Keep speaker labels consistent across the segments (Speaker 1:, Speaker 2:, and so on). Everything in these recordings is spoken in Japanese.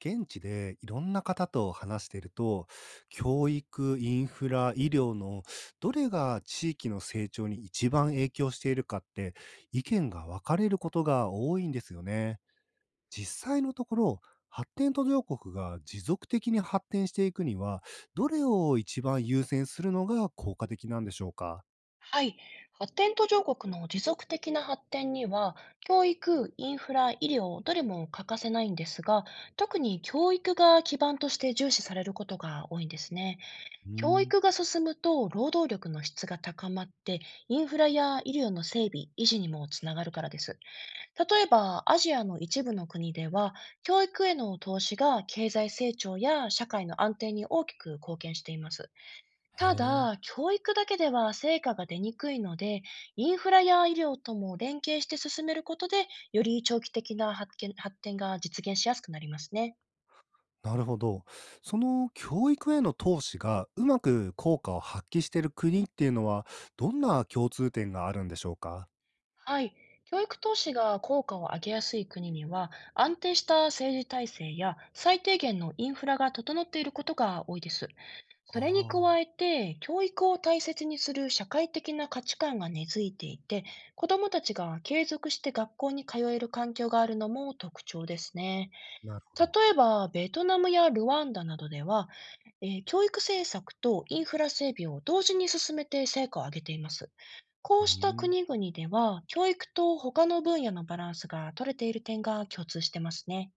Speaker 1: 現地でいろんな方と話していると、教育、インフラ、医療のどれが地域の成長に一番影響しているかって意見が分かれることが多いんですよね。実際のところ、発展途上国が持続的に発展していくには、どれを一番優先するのが効果的なんでしょうか。
Speaker 2: はい。発展途上国の持続的な発展には、教育、インフラ、医療、どれも欠かせないんですが、特に教育が基盤として重視されることが多いんですね。
Speaker 1: うー
Speaker 2: 教
Speaker 1: ん。
Speaker 2: 育が進むと、労働力の質が高まって、インフラや医療の整備、維持にもつながるからです。例えば、アジアの一部の国では、教育への投資が経済成長や社会の安定に大きく貢献しています。
Speaker 1: へ
Speaker 2: た
Speaker 1: え。
Speaker 2: だ、教育だけでは成果が出にくいので、インフラや医療とも連携して進めることで、より長期的な発見発展が実現しやすくなりますね。
Speaker 1: なるほど。その教育への投資がうまく効果を発揮している国っていうのは、どんな共通点があるんでしょうか？
Speaker 2: はい。教育投資が効果を上げやすい国には、安定した政治体制や最低限のインフラが整っていることが多いです。それに加
Speaker 1: あ
Speaker 2: え
Speaker 1: あ。
Speaker 2: て、教育を大切にする社会的な価値観が根付いていて、子どもたちが継続して学校に通える環境があるのも特徴ですね。
Speaker 1: なるほど。
Speaker 2: 例えば、ベトナムやルワンダなどでは、教育政策とインフラ整備を同時に進めて成果を上げています。こ
Speaker 1: う
Speaker 2: うした
Speaker 1: ん。
Speaker 2: 国々では、教育と他の分野のバランスが取れている点が共通してますね。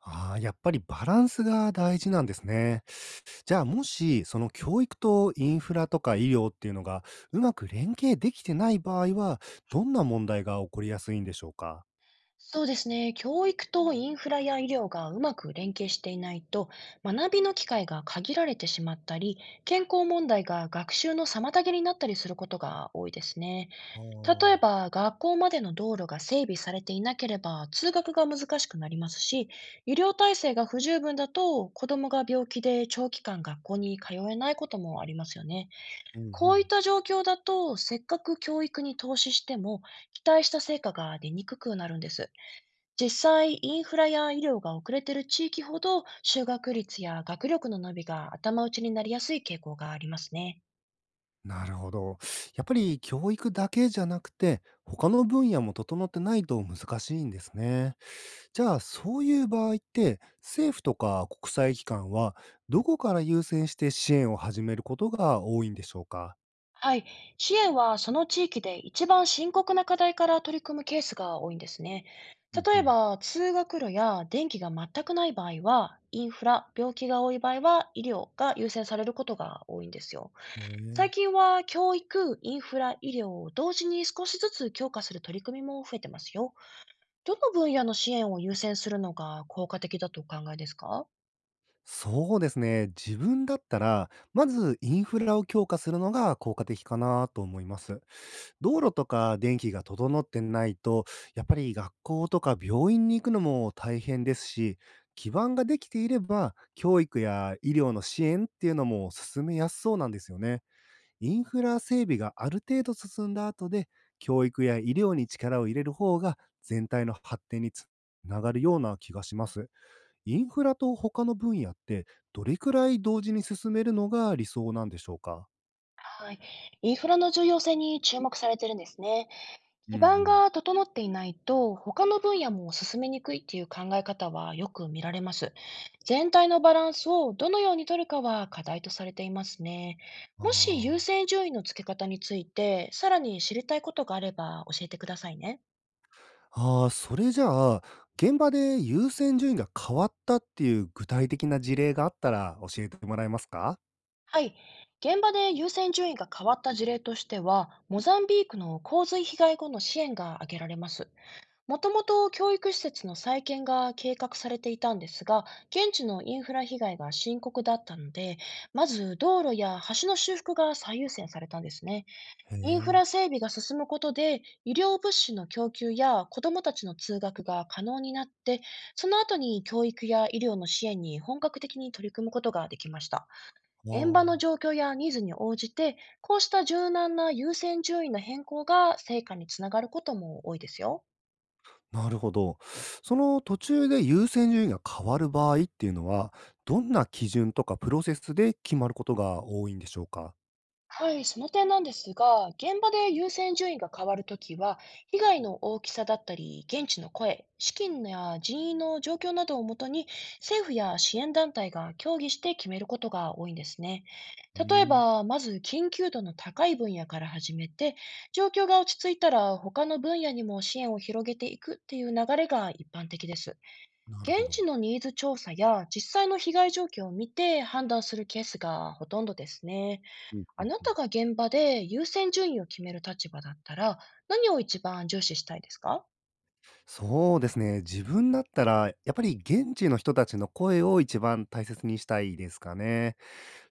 Speaker 1: ああ、やっぱりバランスが大事なんですね。じゃあ、もし、その教育とインフラとか医療っていうのがうまく連携できてない場合は、どんな問題が起こりやすいんでしょうか？
Speaker 2: そうですね。教育とインフラや医療がうまく連携していないと、学びの機会が限られてしまったり、健康問題が学習の妨げになったりすることが多いですね。
Speaker 1: あ
Speaker 2: 例え
Speaker 1: あ。
Speaker 2: ば、学校までの道路が整備されていなければ、通学が難しくなりますし、医療体制が不十分だと、子供が病気で長期間学校に通えないこともありますよね。
Speaker 1: うんう
Speaker 2: こういっ
Speaker 1: ん。
Speaker 2: た状況だと、せっかく教育に投資しても、期待した成果が出にくくなるんです。実際、インフラや医療が遅れている地域ほど、就学率や学力の伸びが頭打ちになりやすい傾向がありますね。
Speaker 1: なるほど。やっぱり教育だけじゃなくて、他の分野も整ってないと難しいんですね。じゃあ、そういう場合って、政府とか国際機関は、どこから優先して支援を始めることが多いんでしょうか。
Speaker 2: はい。支援はその地域で一番深刻な課題から取り組むケースが多いんですね。
Speaker 1: うん
Speaker 2: 例え
Speaker 1: う
Speaker 2: ば、通学路や電気が全くない場合は、インフラ、病気が多い場合は、医療が優先されることが多いんですよ。
Speaker 1: ん、へ
Speaker 2: 最
Speaker 1: え。
Speaker 2: 近は教育、インフラ、医療を同時に少しずつ強化する取り組みも増えてますよ。どの分野の支援を優先するのが効果的だとお考えですか？
Speaker 1: そうですね。自分だったら、まずインフラを強化するのが効果的かなと思います。道路とか電気が整ってないと、やっぱり学校とか病院に行くのも大変ですし、基盤ができていれば、教育や医療の支援っていうのも進めやすそうなんですよね。インフラ整備がある程度進んだ後で、教育や医療に力を入れる方が全体の発展につながるような気がします。インフラと他の分野ってどれくらい同時に進めるのが理想なんでしょうか。
Speaker 2: はい。インフラの重要性に注目されてるんですね。
Speaker 1: うんう
Speaker 2: 基盤
Speaker 1: ん。
Speaker 2: が整っていないと、他の分野も進めにくいっていう考え方はよく見られます。全体のバランスをどのように取るかは課題とされていますね。
Speaker 1: あ
Speaker 2: もし優
Speaker 1: あー。
Speaker 2: 先順位の付け方について、さらに知りたいことがあれば教えてくださいね。
Speaker 1: ああ、それじゃあ、現場で優先順位が変わったっていう具体的な事例があったら教えてもらえますか？
Speaker 2: はい。現場で優先順位が変わった事例としては、モザンビークの洪水被害後の支援が挙げられます。もともと教育施設の再建が計画されていたんですが、現地のインフラ被害が深刻だったので、まず道路や橋の修復が最優先されたんですね。
Speaker 1: へ
Speaker 2: インフ
Speaker 1: え。
Speaker 2: ラ整備が進むことで、医療物資の供給や子どもたちの通学が可能になって、その後に教育や医療の支援に本格的に取り組むことができました。
Speaker 1: あ
Speaker 2: 現場の
Speaker 1: あ、
Speaker 2: 状況やニーズに応じて、こうした柔軟な優先順位の変更が成果につながることも多いですよ。
Speaker 1: なるほど。その途中で優先順位が変わる場合っていうのは、どんな基準とかプロセスで決まることが多いんでしょうか？
Speaker 2: はい、その点なんですが、現場で優先順位が変わるときは、被害の大きさだったり、現地の声、資金や人員の状況などをもとに、政府や支援団体が協議して決めることが多いんですね。
Speaker 1: うー
Speaker 2: 例え
Speaker 1: ん。
Speaker 2: ば、まず緊急度の高い分野から始めて、状況が落ち着いたら他の分野にも支援を広げていくっていう流れが一般的です。
Speaker 1: なるほ
Speaker 2: 現地
Speaker 1: ど。
Speaker 2: のニーズ調査や実際の被害状況を見て判断するケースがほとんどですね。
Speaker 1: うんう
Speaker 2: あ
Speaker 1: ん
Speaker 2: な
Speaker 1: う
Speaker 2: た
Speaker 1: ん。
Speaker 2: が現場で優先順位を決める立場だったら、何を一番重視したいですか？
Speaker 1: そうですね、自分だったらやっぱり現地の人たちの声を一番大切にしたいですかね。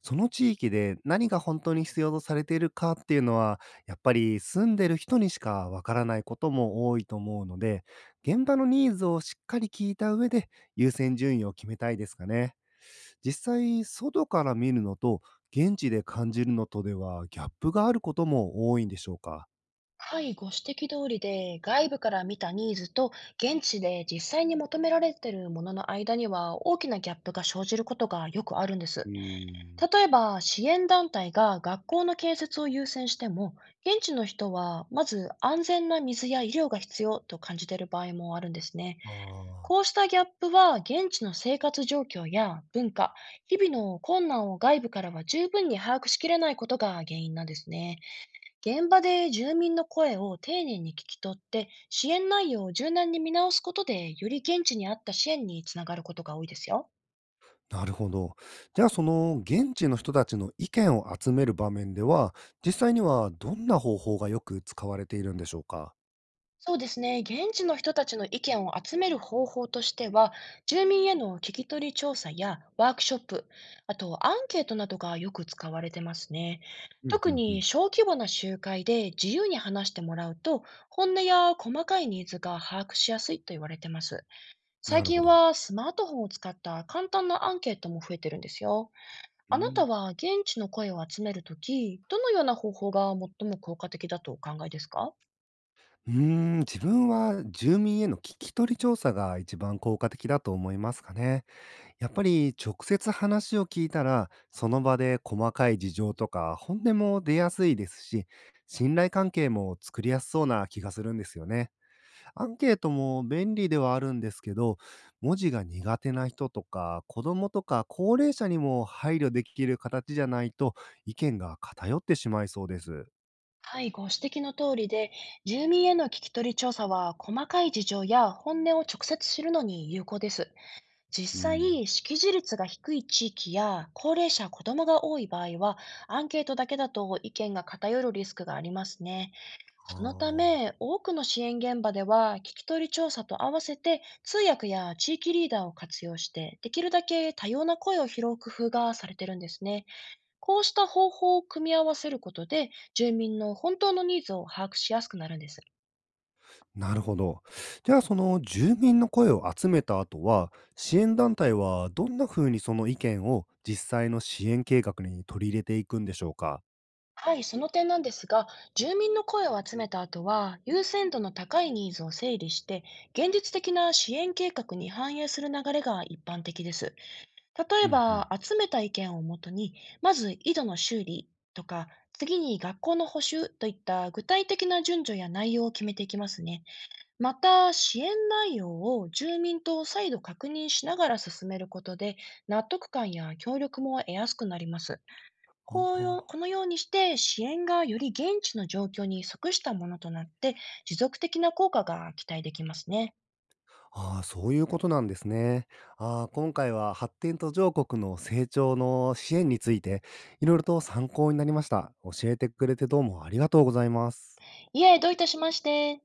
Speaker 1: その地域で何が本当に必要とされているかっていうのは、やっぱり住んでる人にしかわからないことも多いと思うので、現場のニーズをしっかり聞いた上で優先順位を決めたいですかね。実際、外から見るのと現地で感じるのとではギャップがあることも多いんでしょうか。
Speaker 2: はい、ご指摘通りで、外部から見たニーズと現地で実際に求められているものの間には大きなギャップが生じることがよくあるんで
Speaker 1: う
Speaker 2: す。
Speaker 1: ーん。
Speaker 2: 例えば、支援団体が学校の建設を優先しても、現地の人はまず安全な水や医療が必要と感じている場合もあるんですね。
Speaker 1: あ
Speaker 2: こうしたギャップは現地の生活状況や文化、日々の困難を外部からは十分に把握しきれないことが原因なんですね。現場で住民の声を丁寧に聞き取って支援内容を柔軟に見直すことで、より現地に合った支援につながることが多いですよ。
Speaker 1: あ、なるほど。じゃあ、その現地の人たちの意見を集める場面では、実際にはどんな方法がよく使われているんでしょうか。
Speaker 2: そうですね。現地の人たちの意見を集める方法としては、住民への聞き取り調査やワークショップ、あとアンケートなどがよく使われてますね。
Speaker 1: うん、う
Speaker 2: 特
Speaker 1: んう
Speaker 2: に
Speaker 1: ん。
Speaker 2: 小規模な集会で自由に話してもらうと、本音や細かいニーズが把握しやすいと言われてます。最
Speaker 1: なるほ
Speaker 2: 近
Speaker 1: ど。
Speaker 2: はスマートフォンを使った簡単なアンケートも増えてるんですよ。
Speaker 1: う
Speaker 2: あなた
Speaker 1: ん。
Speaker 2: は現地の声を集めるとき、どのような方法が最も効果的だとお考えですか？
Speaker 1: うーん、自分は住民への聞き取り調査が一番効果的だと思いますかね。やっぱり直接話を聞いたら、その場で細かい事情とか本音も出やすいですし、信頼関係も作りやすそうな気がするんですよね。アンケートも便利ではあるんですけど、文字が苦手な人とか、子供とか高齢者にも配慮できる形じゃないと、意見が偏ってしまいそうです。
Speaker 2: はい、ご指摘の通りで、住民への聞き取り調査は、細かい事情や本音を直接知るのに有効です。
Speaker 1: う
Speaker 2: 実
Speaker 1: ん。
Speaker 2: 際、識字率が低い地域や高齢者、子供が多い場合は、アンケートだけだと意見が偏るリスクがありますね。
Speaker 1: あ
Speaker 2: そのた
Speaker 1: あ、
Speaker 2: め、多くの支援現場では、聞き取り調査と合わせて、通訳や地域リーダーを活用して、できるだけ多様な声を拾う工夫がされてるんですね。こうした方法を組み合わせることで、住民の本当のニーズを把握しやすくなるんです。
Speaker 1: なるほど。じゃあ、その住民の声を集めた後は、支援団体はどんな風にその意見を実際の支援計画に取り入れていくんでしょうか？
Speaker 2: はい、その点なんですが、住民の声を集めた後は、優先度の高いニーズを整理して、現実的な支援計画に反映する流れが一般的です。例え
Speaker 1: うんうん。
Speaker 2: ば、集めた意見をもとに、まず井戸の修理とか、次に学校の補修といった具体的な順序や内容を決めていきますね。また、支援内容を住民と再度確認しながら進めることで、納得感や協力も得やすくなります。
Speaker 1: あ
Speaker 2: こうよ
Speaker 1: あ。
Speaker 2: このようにして、支援がより現地の状況に即したものとなって、持続的な効果が期待できますね。
Speaker 1: ああ、そういうことなんですね。ああ、今回は発展途上国の成長の支援について、いろいろと参考になりました。教えてくれてどうもありがとうございます。
Speaker 2: いえ、どういたしまして。